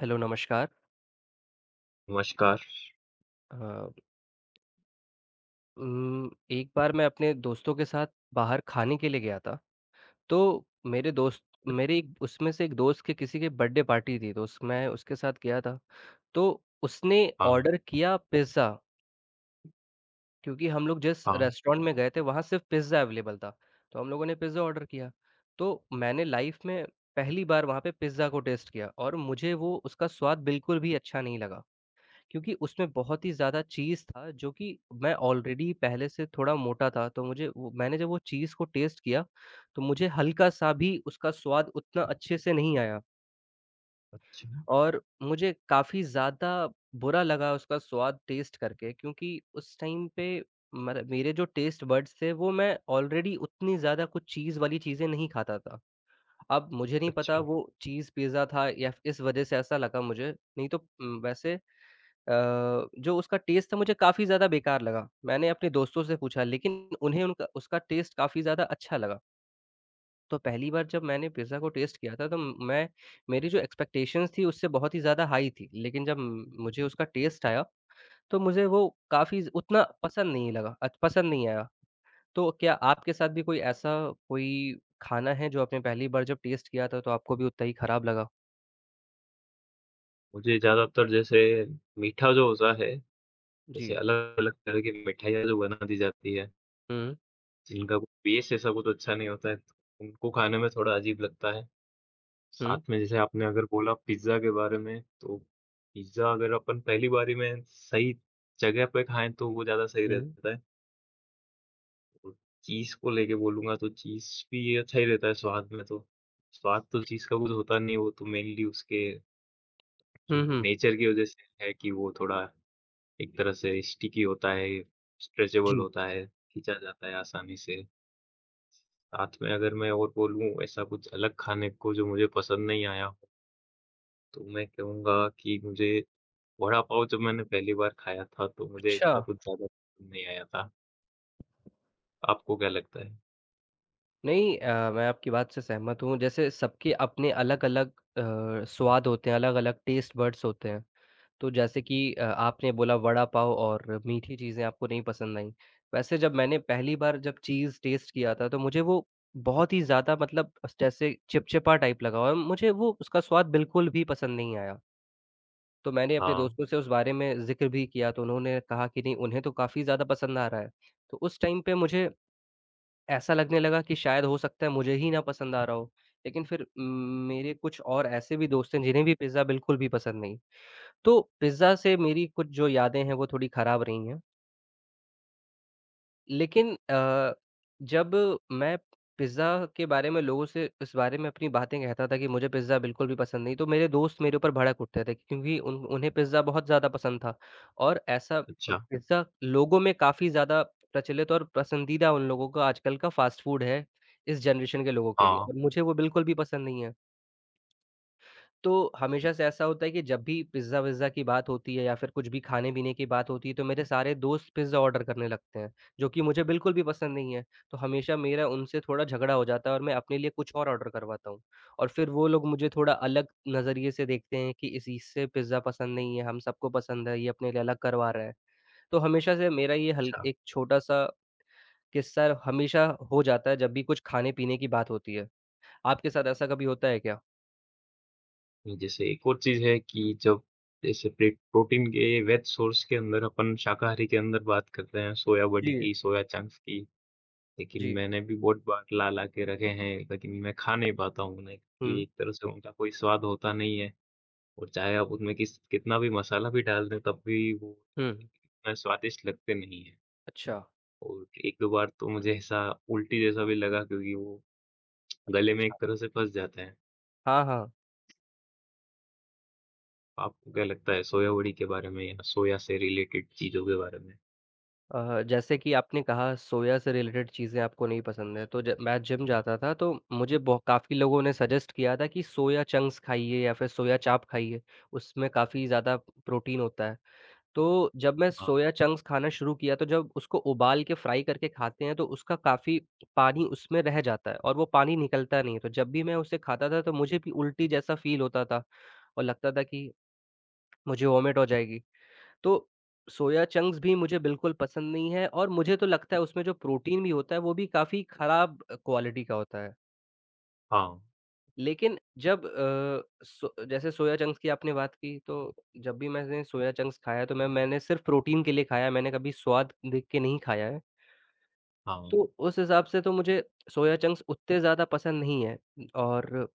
Hello, नमस्कार। नमस्कार। अ, एक बार मैं अपने दोस्तों के साथ बाहर खाने के लिए गया था, तो मेरे दोस्त मेरे एक उसमें से एक दोस्त के किसी की बर्थडे पार्टी थी, तो उस मैं उसके साथ गया था। तो उसने हाँ, ऑर्डर किया पिज़्ज़ा, क्योंकि हम लोग जिस हाँ। रेस्टोरेंट में गए थे, वहाँ सिर्फ़ पिज़्ज़ा अवेलेबल था, तो हम लोगों ने पिज़्ज़ा ऑर्डर किया। तो मैंने लाइफ़ में पहली बार वहाँ पे पिज़्ज़ा को टेस्ट किया और मुझे वो उसका स्वाद बिल्कुल भी अच्छा नहीं लगा। क्योंकि उसमें बहुत ही ज़्यादा चीज़ था जो कि मैं ऑलरेडी पहले से थोड़ा मोटा था, तो मुझे वो मैंने जब वो चीज़ को टेस्ट किया, तो मुझे हल्का-सा भी उसका स्वाद उतना अच्छे से नहीं आया अच्छा, और मुझे काफ़ी ज़्यादा बुरा लगा उसका स्वाद टेस्ट करके क्योंकि उस टाइम पे मर मेरे जो टेस्ट बड्स थे वो मैं ऑलरेडी उतनी ज़्यादा कुछ चीज़ वाली चीज़ें नहीं खाता था। अब मुझे नहीं पता अच्छा। वो चीज़ पिज़्ज़ा था या इस वज़ह से ऐसा लगा मुझे, नहीं तो वैसे अ, जो उसका टेस्ट था मुझे काफ़ी ज़्यादा बेकार लगा। मैंने अपने दोस्तों से पूछा लेकिन उन्हें उनका उसका टेस्ट काफ़ी ज़्यादा अच्छा लगा। तो पहली बार जब मैंने पिज़्ज़ा को टेस्ट किया था तो मैं मेरी जो एक्सपेक्टेशंस थी उससे बहुत ही ज़्यादा हाई थी। लेकिन जब मुझे उसका टेस्ट आया तो मुझे वो काफ़ी ज़ उतना पसंद नहीं लगा, पसंद नहीं आया। तो क्या आपके साथ भी कोई ऐसा कोई खाना है जो आपने पहली बार जब टेस्ट किया था तो आपको भी उतना ही खराब लगा? मुझे ज़्यादातर जैसे मीठा जो होता है, जी। जैसे अलग-अलग तरह की मिठाइयाँ जो बना दी जाती है, हुँ, जिनका कुछ बेस ऐसा कुछ अच्छा नहीं होता है, तो उनको खाने में थोड़ा अजीब लगता है। हुँ, साथ में जैसे आपने अगर बोला पिज़्ज़ा के बारे में, तो पिज़्ज़ा अगर अपन पहली बारी में सही जगह पे खाएँ, तो वो ज़्यादा सही हुँ। रहता है। और चीज़ को लेके बोलूँगा, तो चीज़ भी अच्छा ही रहता है स्वाद में तो। स्वाद तो चीज़ का कुछ होता नहीं है, वो तो मेनली उसके हुँ, जो हुँ। नेचर की वजह से है कि वो थोड़ा एक तरह से स्टिकी होता है, स्ट्रेचेबल जी। होता है, खींचा जाता है आसानी से। साथ में अगर मैं और बोलूँ ऐसा कुछ अलग खाने को जो मुझे पसंद नहीं आया हो, तो मैं कहूँगा कि मुझे वड़ा पाव जब मैंने पहली बार खाया था, तो मुझे अच्छा। इतना कुछ ज़्यादा पसंद नहीं आया था। आपको क्या लगता है? नहीं, मैं आपकी बात से सहमत हूँ। जैसे सबके अपने अलग-अलग स्वाद होते हैं, अलग-अलग टेस्ट बड्स होते हैं। तो जैसे कि आपने बोला वड़ा पाव और मीठी चीज़ें आपको नहीं पसंद आईं। वैसे जब मैंने पहली बार जब चीज़ टेस्ट किया था, तो मुझे वो बहुत ही ज़्यादा मतलब जैसे चिपचिपा टाइप लगा और मुझे वो उसका स्वाद बिल्कुल भी पसंद नहीं आया। तो मैंने अपने हाँ, दोस्तों से उस बारे में ज़िक्र भी किया, तो उन्होंने कहा कि नहीं, उन्हें तो काफ़ी ज़्यादा पसंद आ रहा है। तो उस टाइम पे मुझे ऐसा लगने लगा कि शायद हो सकता है मुझे ही ना पसंद आ रहा हो। लेकिन फिर मेरे कुछ और ऐसे भी दोस्त हैं जिन्हें भी पिज़्ज़ा बिल्कुल भी पसंद नहीं। तो पिज़्ज़ा से मेरी कुछ जो यादें हैं वो थोड़ी ख़राब रही हैं। लेकिन जब मैं पिज़्ज़ा के बारे में लोगों से इस बारे में अपनी बातें कहता था कि मुझे पिज़्ज़ा बिल्कुल भी पसंद नहीं, तो मेरे दोस्त मेरे ऊपर भड़क उठते थे क्योंकि उन उन्हें पिज़्ज़ा बहुत ज़्यादा पसंद था और ऐसा अच्छा। पिज़्ज़ा लोगों में काफ़ी ज़्यादा प्रचलित और पसंदीदा उन लोगों का आजकल का फ़ास्ट फ़ूड है, इस जनरेशन के लोगों के लिए हाँ, और मुझे वो बिल्कुल भी पसंद नहीं है। तो हमेशा से ऐसा होता है कि जब भी पिज़्ज़ा-विज़्ज़ा की बात होती है या फिर कुछ भी खाने-पीने की बात होती है, तो मेरे सारे दोस्त पिज़्ज़ा ऑर्डर करने लगते हैं, जो कि मुझे बिल्कुल भी पसंद नहीं है। तो हमेशा मेरा उनसे थोड़ा झगड़ा हो जाता है और मैं अपने लिए कुछ और ऑर्डर करवाता हूँ। और फिर वो लोग मुझे थोड़ा अलग नज़रिए से देखते हैं कि इस इससे पिज़्ज़ा पसंद नहीं है, हम सबको पसंद है, ये अपने लिए अलग करवा रहा है। तो हमेशा से मेरा ये हल अच्छा। एक छोटा-सा किस्सा हमेशा हो जाता है, जब भी कुछ खाने-पीने की बात होती है। आपके साथ ऐसा कभी होता है क्या? जैसे एक और चीज़ है कि जब जैसे प्रे प्रोटीन के वेज सोर्स के अंदर अपन शाकाहारी के अंदर बात करते हैं सोया बड़ी जी, की, सोया चंक्स की। लेकिन जी। मैंने भी बहुत बार ला-ला के रखे हैं, लेकिन मैं खा नहीं पाता हूँ उन्हें क्योंकि हुँ, एक तरह से उनका कोई स्वाद होता नहीं है और चाहे आप उनमें किस कितना भी मसाला भी डाल दें तब भी वो हुँ। इतना स्वादिष्ट लगते नहीं हैं। अच्छा। और एक दो बार तो मुझे ऐसा उल्टी जैसा भी लगा क्योंकि वो गले में अच्छा। एक तरह से फँस जाते हैं। हाँ, हाँ। आपको क्या लगता है सोया बड़ी के बारे में या सोया से रिलेटेड चीज़ों के बारे में? जैसे कि आपने कहा सोया से रिलेटेड चीज़ें आपको नहीं पसंद है, तो ज मैं जिम जाता था तो मुझे बहु काफ़ी लोगों ने सजेस्ट किया था कि सोया चंक्स खाइए या फिर सोया चाप खाइए, उसमें काफ़ी ज़्यादा प्रोटीन होता है। तो जब मैं हाँ, सोया चंक्स खाना शुरू किया तो जब उसको उबाल के फ्राई करके खाते हैं तो उसका काफ़ी पानी उसमें रह जाता है और वो पानी निकलता नहीं है। तो जब भी मैं उसे खाता था तो मुझे भी उल्टी जैसा फ़ील होता था और लगता था कि मुझे वॉमिट हो जाएगी। तो सोया चंक्स भी मुझे बिल्कुल पसंद नहीं है और मुझे तो लगता है उसमें जो प्रोटीन भी होता है वो भी काफ़ी ख़राब क्वालिटी का होता है। हाँ, लेकिन जब जैसे सोया चंक्स की आपने बात की तो जब भी मैंने सोया चंक्स खाया तो मैंने सिर्फ़ प्रोटीन के लिए खाया है, मैंने कभी स्वाद देख के नहीं खाया है। हाँ, तो उस हिसाब से तो मुझे सोया चंक्स उतने ज़्यादा पसंद नहीं है और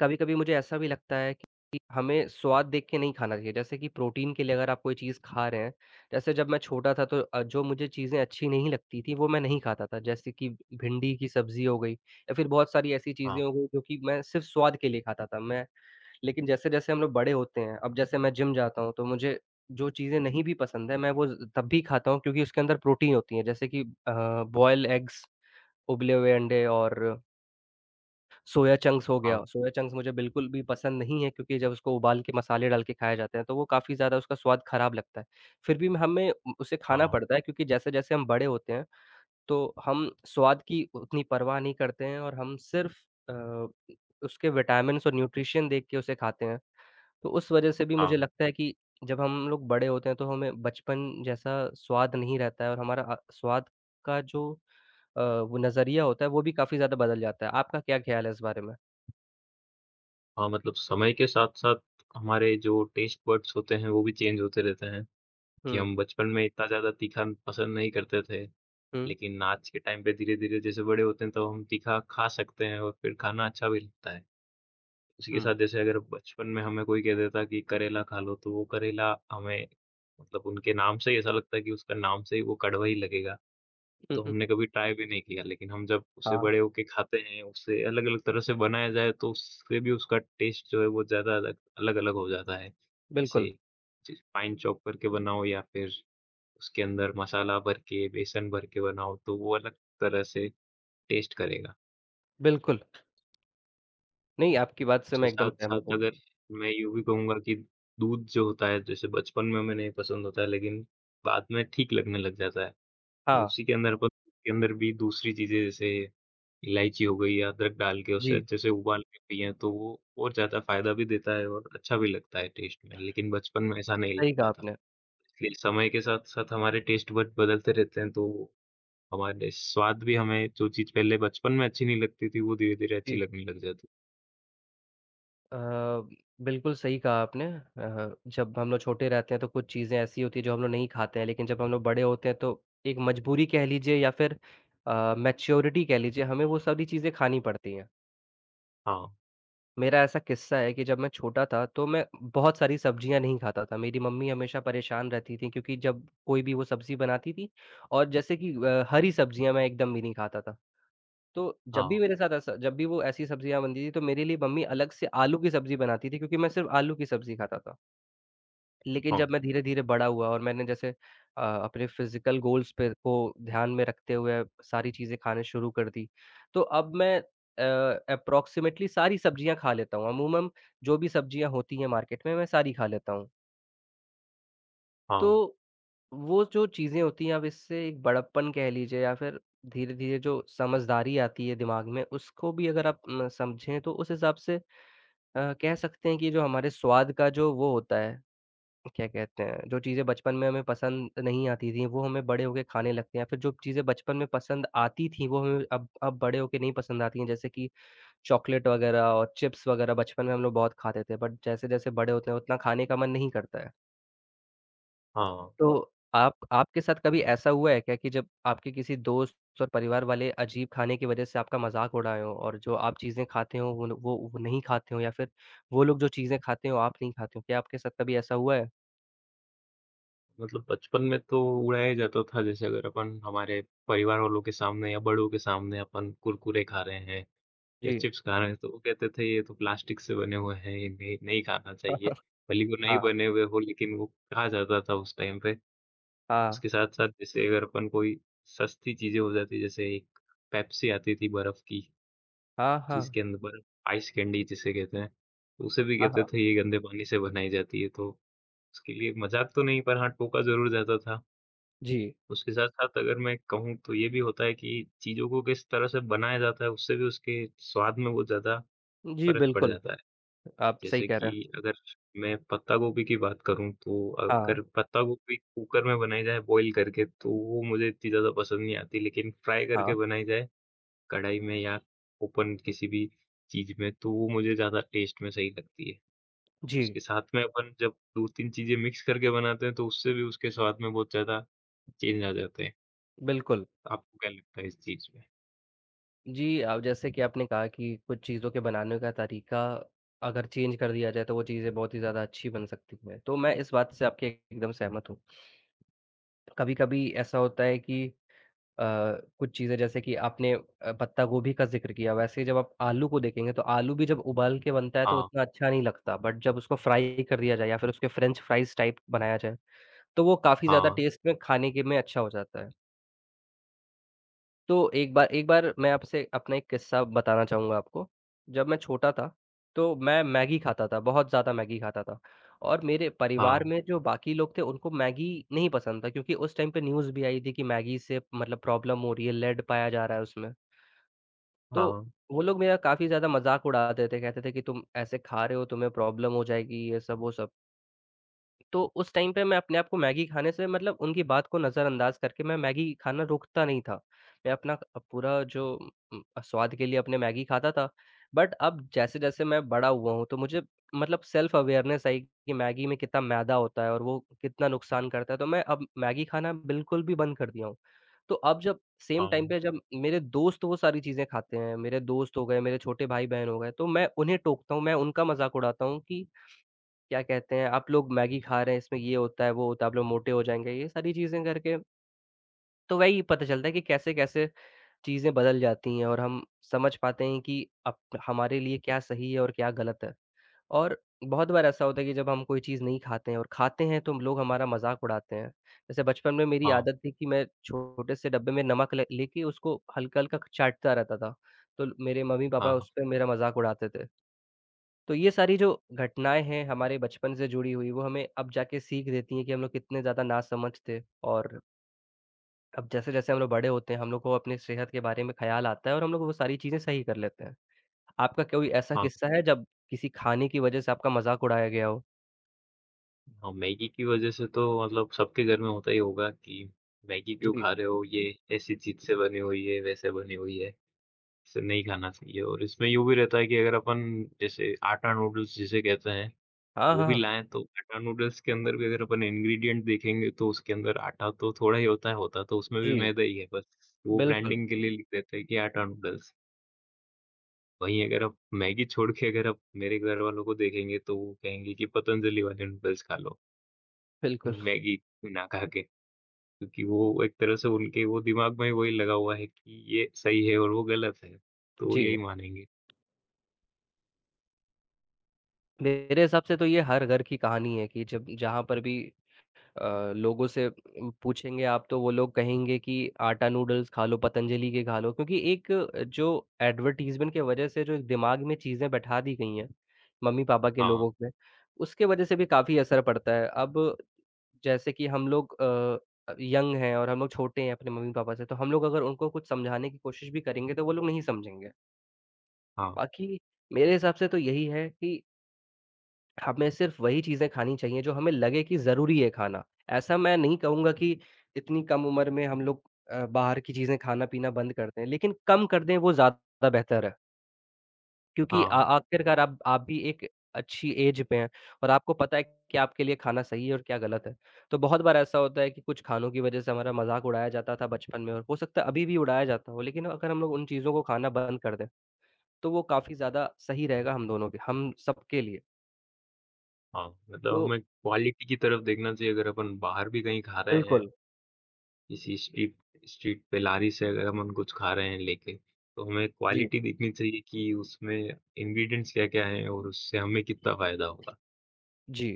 कभी-कभी मुझे ऐसा भी लगता है कि हमें स्वाद देख के नहीं खाना चाहिए। जैसे कि प्रोटीन के लिए अगर आप कोई चीज़ खा रहे हैं, जैसे जब मैं छोटा था तो जो मुझे चीज़ें अच्छी नहीं लगती थी वो मैं नहीं खाता था। जैसे कि भिंडी की सब्ज़ी हो गई या फिर बहुत सारी ऐसी हाँ, चीज़ें हो गई जो कि मैं सिर्फ़ स्वाद के लिए खाता था। मैं लेकिन जैसे-जैसे हम लोग बड़े होते हैं, अब जैसे मैं जिम जाता हूँ तो मुझे जो चीज़ें नहीं भी पसंद है मैं वो ज़ तब भी खाता हूँ क्योंकि उसके अंदर प्रोटीन होती है। जैसे कि अ, बॉयल एग्स, उबले हुए अंडे और सोया चंक्स हो हाँ, गया, सोया चंक्स मुझे बिल्कुल भी पसंद नहीं है क्योंकि जब उसको उबाल के मसाले डाल के खाए जाते हैं, तो वो काफ़ी ज़्यादा उसका स्वाद खराब लगता है। फिर भी हमें उ उसे खाना हाँ, पड़ता है क्योंकि जैसे-जैसे हम बड़े होते हैं, तो हम स्वाद की उतनी परवाह नहीं करते हैं और हम सिर्फ़ अ, उसके विटामिन्स और न्यूट्रिशन देख के उसे खाते हैं। तो उस वजह से भी हाँ, मुझे लगता है कि जब हम लोग बड़े होते हैं, तो हमें बचपन जैसा स्वाद नहीं रहता है और हमारा स्वाद का जो अ, वो नज़रिया होता है, वो भी काफ़ी ज़्यादा बदल जाता है। आपका क्या ख़्याल है इस बारे में? हाँ, मतलब समय के साथ-साथ हमारे जो टेस्ट बड्स होते हैं, वो भी चेंज होते रहते हैं, कि हुँ। हम बचपन में इतना ज़्यादा तीखा पसंद नहीं करते थे, हुँ, लेकिन आज के टाइम पे धीरे-धीरे जैसे बड़े होते हैं, तो हम तीखा खा सकते हैं और फिर खाना अच्छा भी लगता है। उसी के हुँ। साथ जैसे अगर बचपन में हमें कोई कह देता कि करेला खा लो, तो वो करेला हमें मतलब उनके नाम से ही ऐसा लगता है कि उसका नाम से ही वो कड़वा ही लगेगा। हुँ, तो हुँ। हमने कभी ट्राई भी नहीं किया, लेकिन हम जब उसे हाँ, बड़े होके खाते हैं, उसे अलग-अलग तरह से बनाया जाए तो उससे भी उसका टेस्ट जो है वो ज़्यादा अलग-अलग हो जाता है। जैसे बिल्कुल, चि फाइन चॉप करके बनाओ या फिर उसके अंदर मसाला भर के, बेसन भर के बनाओ तो वो अलग तरह से टेस्ट करेगा। बिल्कुल। नहीं, आपकी बात से उसके मैं एकदम सहमत साथ-साथ हूँ। अगर मैं यूँ भी कहूँगा कि दूध जो होता है जैसे बचपन में हमें नहीं पसंद होता है लेकिन बाद में ठीक लगने लग जाता है। फिर हाँ, उसी के अंदर अपन के अंदर भी दूसरी चीज़ें जैसे इलायची हो गई या अदरक डाल के उसे जी, अच्छे से उबाल के पिएँ तो वो और ज़्यादा फ़ायदा भी देता है और अच्छा भी लगता है टेस्ट में। लेकिन बचपन में ऐसा नहीं सही कहा लगता था। आपने। इसलिए समय के साथ-साथ हमारे टेस्ट बड बदलते रहते हैं तो हमारे स्वाद भी हमें जो चीज़ पहले बचपन में अच्छी नहीं लगती थी वो धीरे-धीरे अच्छी जी, लगने लग जाती। अ, बिल्कुल सही कहा आपने। जब हम लोग छोटे रहते हैं तो कुछ चीज़ें ऐसी होती हैं जो हम लोग नहीं खाते हैं, लेकिन जब हम लोग बड़े होते हैं तो एक मजबूरी कह लीजिए या फिर मैच्योरिटी कह लीजिए, हमें वो सारी चीज़ें खानी पड़ती हैं। हाँ, मेरा ऐसा किस्सा है कि जब मैं छोटा था, तो मैं बहुत सारी सब्जियाँ नहीं खाता था। मेरी मम्मी हमेशा परेशान रहती थी क्योंकि जब कोई भी वो सब्ज़ी बनाती थी और जैसे कि हरी सब्जियाँ मैं एकदम भी नहीं खाता था। तो जब भी हाँ, मेरे साथ ऐसा जब भी वो ऐसी सब्जियाँ बनती थी, तो मेरे लिए मम्मी अलग से आलू की सब्ज़ी बनाती थी क्योंकि मैं सिर्फ़ आलू की सब्ज़ी खाता था। लेकिन हाँ, जब मैं धीरे-धीरे बड़ा हुआ और मैंने जैसे अपने फ़िज़िकल गोल्स पे को ध्यान में रखते हुए सारी चीज़ें खाने शुरू कर दी। तो अब मैं एप्रोक्सिमेटली सारी सब्जियाँ खा लेता हूँ। अमूमन जो भी सब्जियाँ होती हैं मार्केट में, मैं सारी खा लेता हूँ। हाँ, तो वो जो चीज़ें होती हैं अब इससे एक बड़प्पन कह लीजिए या फिर धीरे-धीरे जो समझदारी आती है दिमाग में उसको भी अगर आप म समझें तो उस हिसाब से कह सकते हैं कि जो हमारे स्वाद का जो वो होता है क्या कहते हैं, जो चीज़ें बचपन में हमें पसंद नहीं आती थी, वो हमें बड़े होके खाने लगते हैं, फिर जो चीज़ें बचपन में पसंद आती थी, वो हमें अब बड़े होके नहीं पसंद आती हैं, जैसे कि चॉकलेट वगैरह और चिप्स वगैरह बचपन में हम लोग बहुत खाते थे, बट जैसे-जैसे बड़े होते हैं, उतना खाने का मन नहीं करता है। हाँ। तो आप आपके साथ कभी ऐसा हुआ है क्या कि जब आपके किसी दोस्त और परिवार वाले अजीब खाने की वजह से आपका मज़ाक उड़ाए हों और जो आप चीज़ें खाते हो, वो नहीं खाते हो या फिर वो लोग जो चीज़ें खाते हो, आप नहीं खाते हो? क्या आपके साथ कभी ऐसा हुआ है? मतलब बचपन में तो उड़ाया जाता था जैसे अगर अपन हमारे परिवार वालों के सामने या बड़ों के सामने अपन कुरकुरे खा रहे हैं या जी। चिप्स खा रहे हैं, तो वो कहते थे ये तो प्लास्टिक से बने हुए हैं, ये नहीं नहीं खाना चाहिए। भले ही वो नहीं हाँ, हाँ। बने हुए हो लेकिन वो कहा जाता था उस टाइम पे। हाँ, उसके साथ-साथ जैसे अगर अपन कोई सस्ती चीज़ें हो जाती है, जैसे एक पेप्सी आती थी बर्फ की, हाँ, हाँ। जिसके अंदर बर्फ आइस कैंडी जिसे कहते हैं, तो उसे भी हाँ, कहते हाँ। थे ये गंदे पानी से बनाई जाती है, तो उसके लिए मज़ाक तो नहीं पर हाँ, टोका ज़रूर जाता था। जी, उसके साथ-साथ अगर मैं कहूँ तो ये भी होता है कि चीज़ों को किस तरह से बनाया जाता है, उससे भी उसके स्वाद में बहुत ज़्यादा जी, फ़र्क पड़ बिल्कुल, जाता है। आप सही जैसे कह कि रहे हैं। अगर मैं पत्ता गोभी की बात करूँ तो हाँ, अगर पत्ता गोभी कुकर में बनाई जाए बॉईल करके तो वो मुझे इतनी ज़्यादा पसंद नहीं आती लेकिन फ्राई करके हाँ। बनाई जाए कढ़ाई में या ओपन किसी भी चीज़ में तो वो मुझे ज़्यादा टेस्ट में सही लगती है। और जी, उसके साथ में अपन जब 2-3 चीज़ें मिक्स करके बनाते हैं तो उससे भी उसके स्वाद में बहुत ज़्यादा चेंज आ जाते हैं। बिल्कुल। आपको क्या लगता है इस चीज़ में? जी, अब जैसे कि आपने कहा कि कुछ चीज़ों के बनाने का तरीका अगर चेंज कर दिया जाए, तो वो चीज़ें बहुत ही ज़्यादा अच्छी बन सकती हैं। तो मैं इस बात से आपके एकदम सहमत हूँ। कभी-कभी ऐसा होता है कि अ, कुछ चीज़ें जैसे कि आपने पत्ता गोभी का ज़िक्र किया, वैसे ही जब आप आलू को देखेंगे, तो आलू भी जब उबाल के बनता है, तो हाँ, उतना अच्छा नहीं लगता, बट जब उसको फ्राई कर दिया जाए या फिर उसके फ्रेंच फ्राइज़ टाइप बनाया जाए, तो वो काफ़ी ज़्यादा हाँ, टेस्ट में खाने के में अच्छा हो जाता है। तो एक बार मैं आपसे अपना एक किस्सा बताना चाहूँगा आपको। जब मैं छोटा था, तो मैं मैगी खाता था, बहुत ज़्यादा मैगी खाता था और मेरे हाँ, परिवार में जो बाकी लोग थे, उनको मैगी नहीं पसंद था क्योंकि उस टाइम पे न्यूज़ भी आई थी कि मैगी से मतलब प्रॉब्लम हो रही है, लेड पाया जा रहा है उसमें। तो हाँ, वो लोग मेरा काफ़ी ज़्यादा मज़ाक उड़ाते थे, कहते थे कि तुम ऐसे खा रहे हो, तुम्हें प्रॉब्लम हो जाएगी, ये सब वो सब। तो उस टाइम पे मैं अपने आप को मैगी खाने से, मतलब उनकी बात को नज़रअंदाज़ करके मैं मैगी खाना रोकता नहीं था। मैं अपना पूरा जो स्वाद के लिए अपने मैगी खाता था। बट अब जैसे-जैसे मैं बड़ा हुआ हूँ, तो मुझे मतलब सेल्फ अवेयरनेस आई कि मैगी में कितना मैदा होता है और वो कितना नुकसान करता है, तो मैं अब मैगी खाना बिल्कुल भी बंद कर दिया हूँ। तो अब जब सेम हाँ, टाइम पे जब मेरे दोस्त वो सारी चीज़ें खाते हैं, मेरे दोस्त हो गए, मेरे छोटे भाई-बहन हो गए, तो मैं उन्हें टोकता हूँ, मैं उनका मज़ाक उड़ाता हूँ कि क्या कहते हैं, आप लोग मैगी खा रहे हैं, इसमें ये होता है, वो होता है, आप लोग मोटे हो जाएँगे, ये सारी चीज़ें करके। तो वही पता चलता है कि कैसे-कैसे चीज़ें बदल जाती हैं और हम समझ पाते हैं कि अप हमारे लिए क्या सही है और क्या गलत है। और बहुत बार ऐसा होता है कि जब हम कोई चीज़ नहीं खाते हैं और खाते हैं, तो लोग हमारा मज़ाक उड़ाते हैं। जैसे बचपन में मेरी हाँ, आदत थी कि मैं छोटे से डब्बे में नमक ले लेके उसको हल्का-हल्का चाटता रहता था। तो मेरे मम्मी-पापा हाँ, उस पे मेरा मज़ाक उड़ाते थे। तो ये सारी जो घटनाएँ हैं हमारे बचपन से जुड़ी हुई, वो हमें अब जाके सीख देती हैं कि हम लोग कितने ज़्यादा नासमझ थे। और अब जैसे-जैसे हम लोग बड़े होते हैं, हम लोग को अपनी सेहत के बारे में ख़्याल आता है और हम लोग वो सारी चीज़ें सही कर लेते हैं। आपका कोई ऐसा हाँ। किस्सा है, जब किसी खाने की वज़ह से आपका मज़ाक उड़ाया गया हो? हाँ, मैगी की वज़ह से तो मतलब सबके घर में होता ही होगा कि मैगी क्यों जी। खा रहे हो, ये ऐसी चीज़ से बनी हुई है, वैसे बनी हुई है, इसे नहीं खाना चाहिए और इसमें यूँ भी रहता है कि अगर अपन जैसे आटा नूडल्स जिसे कहते हैं, हाँ, वो भी हाँ। लाएँ तो आटा नूडल्स के अंदर भी अगर अपन इंग्रीडिएंट देखेंगे तो उसके अंदर आटा तो थोड़ा ही होता है, होता तो उसमें भी जी, मैदा ही है बस। वो बिल्कुल, ब्रांडिंग के लिए लिख देते हैं कि आटा नूडल्स। वहीं अगर आप मैगी छोड़ के अगर आप मेरे घरवालों को देखेंगे तो वो कहेंगे कि पतंजलि वाले नूडल्स खा लो, बिल्कुल। मैगी ना खा के। क्योंकि वो एक तरह से उनके वो दिमाग में वही लगा हुआ है कि ये सही है और वो गलत है, तो जी, यही मानेंगे। मेरे हिसाब से तो ये हर घर की कहानी है कि जब जहाँ पर भी लोगों से पूछेंगे आप, तो वो लोग कहेंगे कि आटा नूडल्स खा लो, पतंजलि के खा लो क्योंकि एक जो एडवर्टाइज़मेंट की वज़ह से जो दिमाग में चीज़ें बैठा दी गई हैं, मम्मी-पापा के हाँ, लोगों में, उसके वज़ह से भी काफ़ी असर पड़ता है। अब जैसे कि हम लोग यंग हैं और हम लोग छोटे हैं अपने मम्मी-पापा से, तो हम लोग अगर उनको कुछ समझाने की कोशिश भी करेंगे, तो वो लोग नहीं समझेंगे। हाँ, बाकी मेरे हिसाब से तो यही है कि हमें सिर्फ़ वही चीज़ें खानी चाहिए जो हमें लगे कि ज़रूरी है खाना। ऐसा मैं नहीं कहूँगा कि इतनी कम उम्र में हम लोग बाहर की चीज़ें खाना-पीना बंद कर दें, लेकिन कम कर दें, वो ज़्यादा बेहतर है। क्योंकि आ हाँ, आखिरकार आप भी एक अच्छी एज पे हैं और आपको पता है कि आपके लिए खाना सही है और क्या गलत है। तो बहुत बार ऐसा होता है कि कुछ खानों की वज़ह से हमारा मज़ाक उड़ाया जाता था बचपन में और हो सकता है अभी भी उड़ाया जाता हो, लेकिन अगर हम लोग उन चीज़ों को खाना बंद कर दें, तो वो काफ़ी ज़्यादा सही रहेगा हम दोनों के हम सबके लिए। हाँ, मतलब तो हमें क्वालिटी की तरफ देखना चाहिए अगर अपन बाहर भी कहीं खा रहे हैं, बिल्कुल। किसी स्ट्रीट स्ट्रीट पे लारी से अगर हम कुछ खा रहे हैं लेके, तो हमें जी। क्वालिटी देखनी चाहिए कि उसमें इंग्रीडिएंट्स क्या-क्या हैं और उससे हमें कितना फ़ायदा होगा। जी,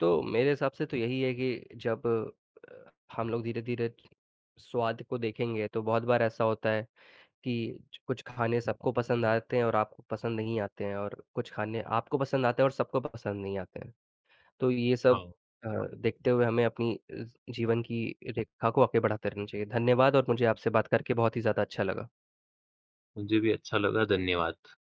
तो मेरे हिसाब से तो यही है कि जब अ, हम लोग धीरे-धीरे स्वाद को देखेंगे, तो बहुत बार ऐसा होता है कि ज कुछ खाने सबको पसंद आते हैं और आपको पसंद नहीं आते हैं और कुछ खाने आपको पसंद आते हैं और सबको पसंद नहीं आते हैं। तो ये सब हाँ, अ, देखते हुए हमें अपनी जीवन की रेखा को आगे बढ़ाते रहना चाहिए। धन्यवाद और मुझे आपसे बात करके बहुत ही ज़्यादा अच्छा लगा। मुझे भी अच्छा लगा, धन्यवाद।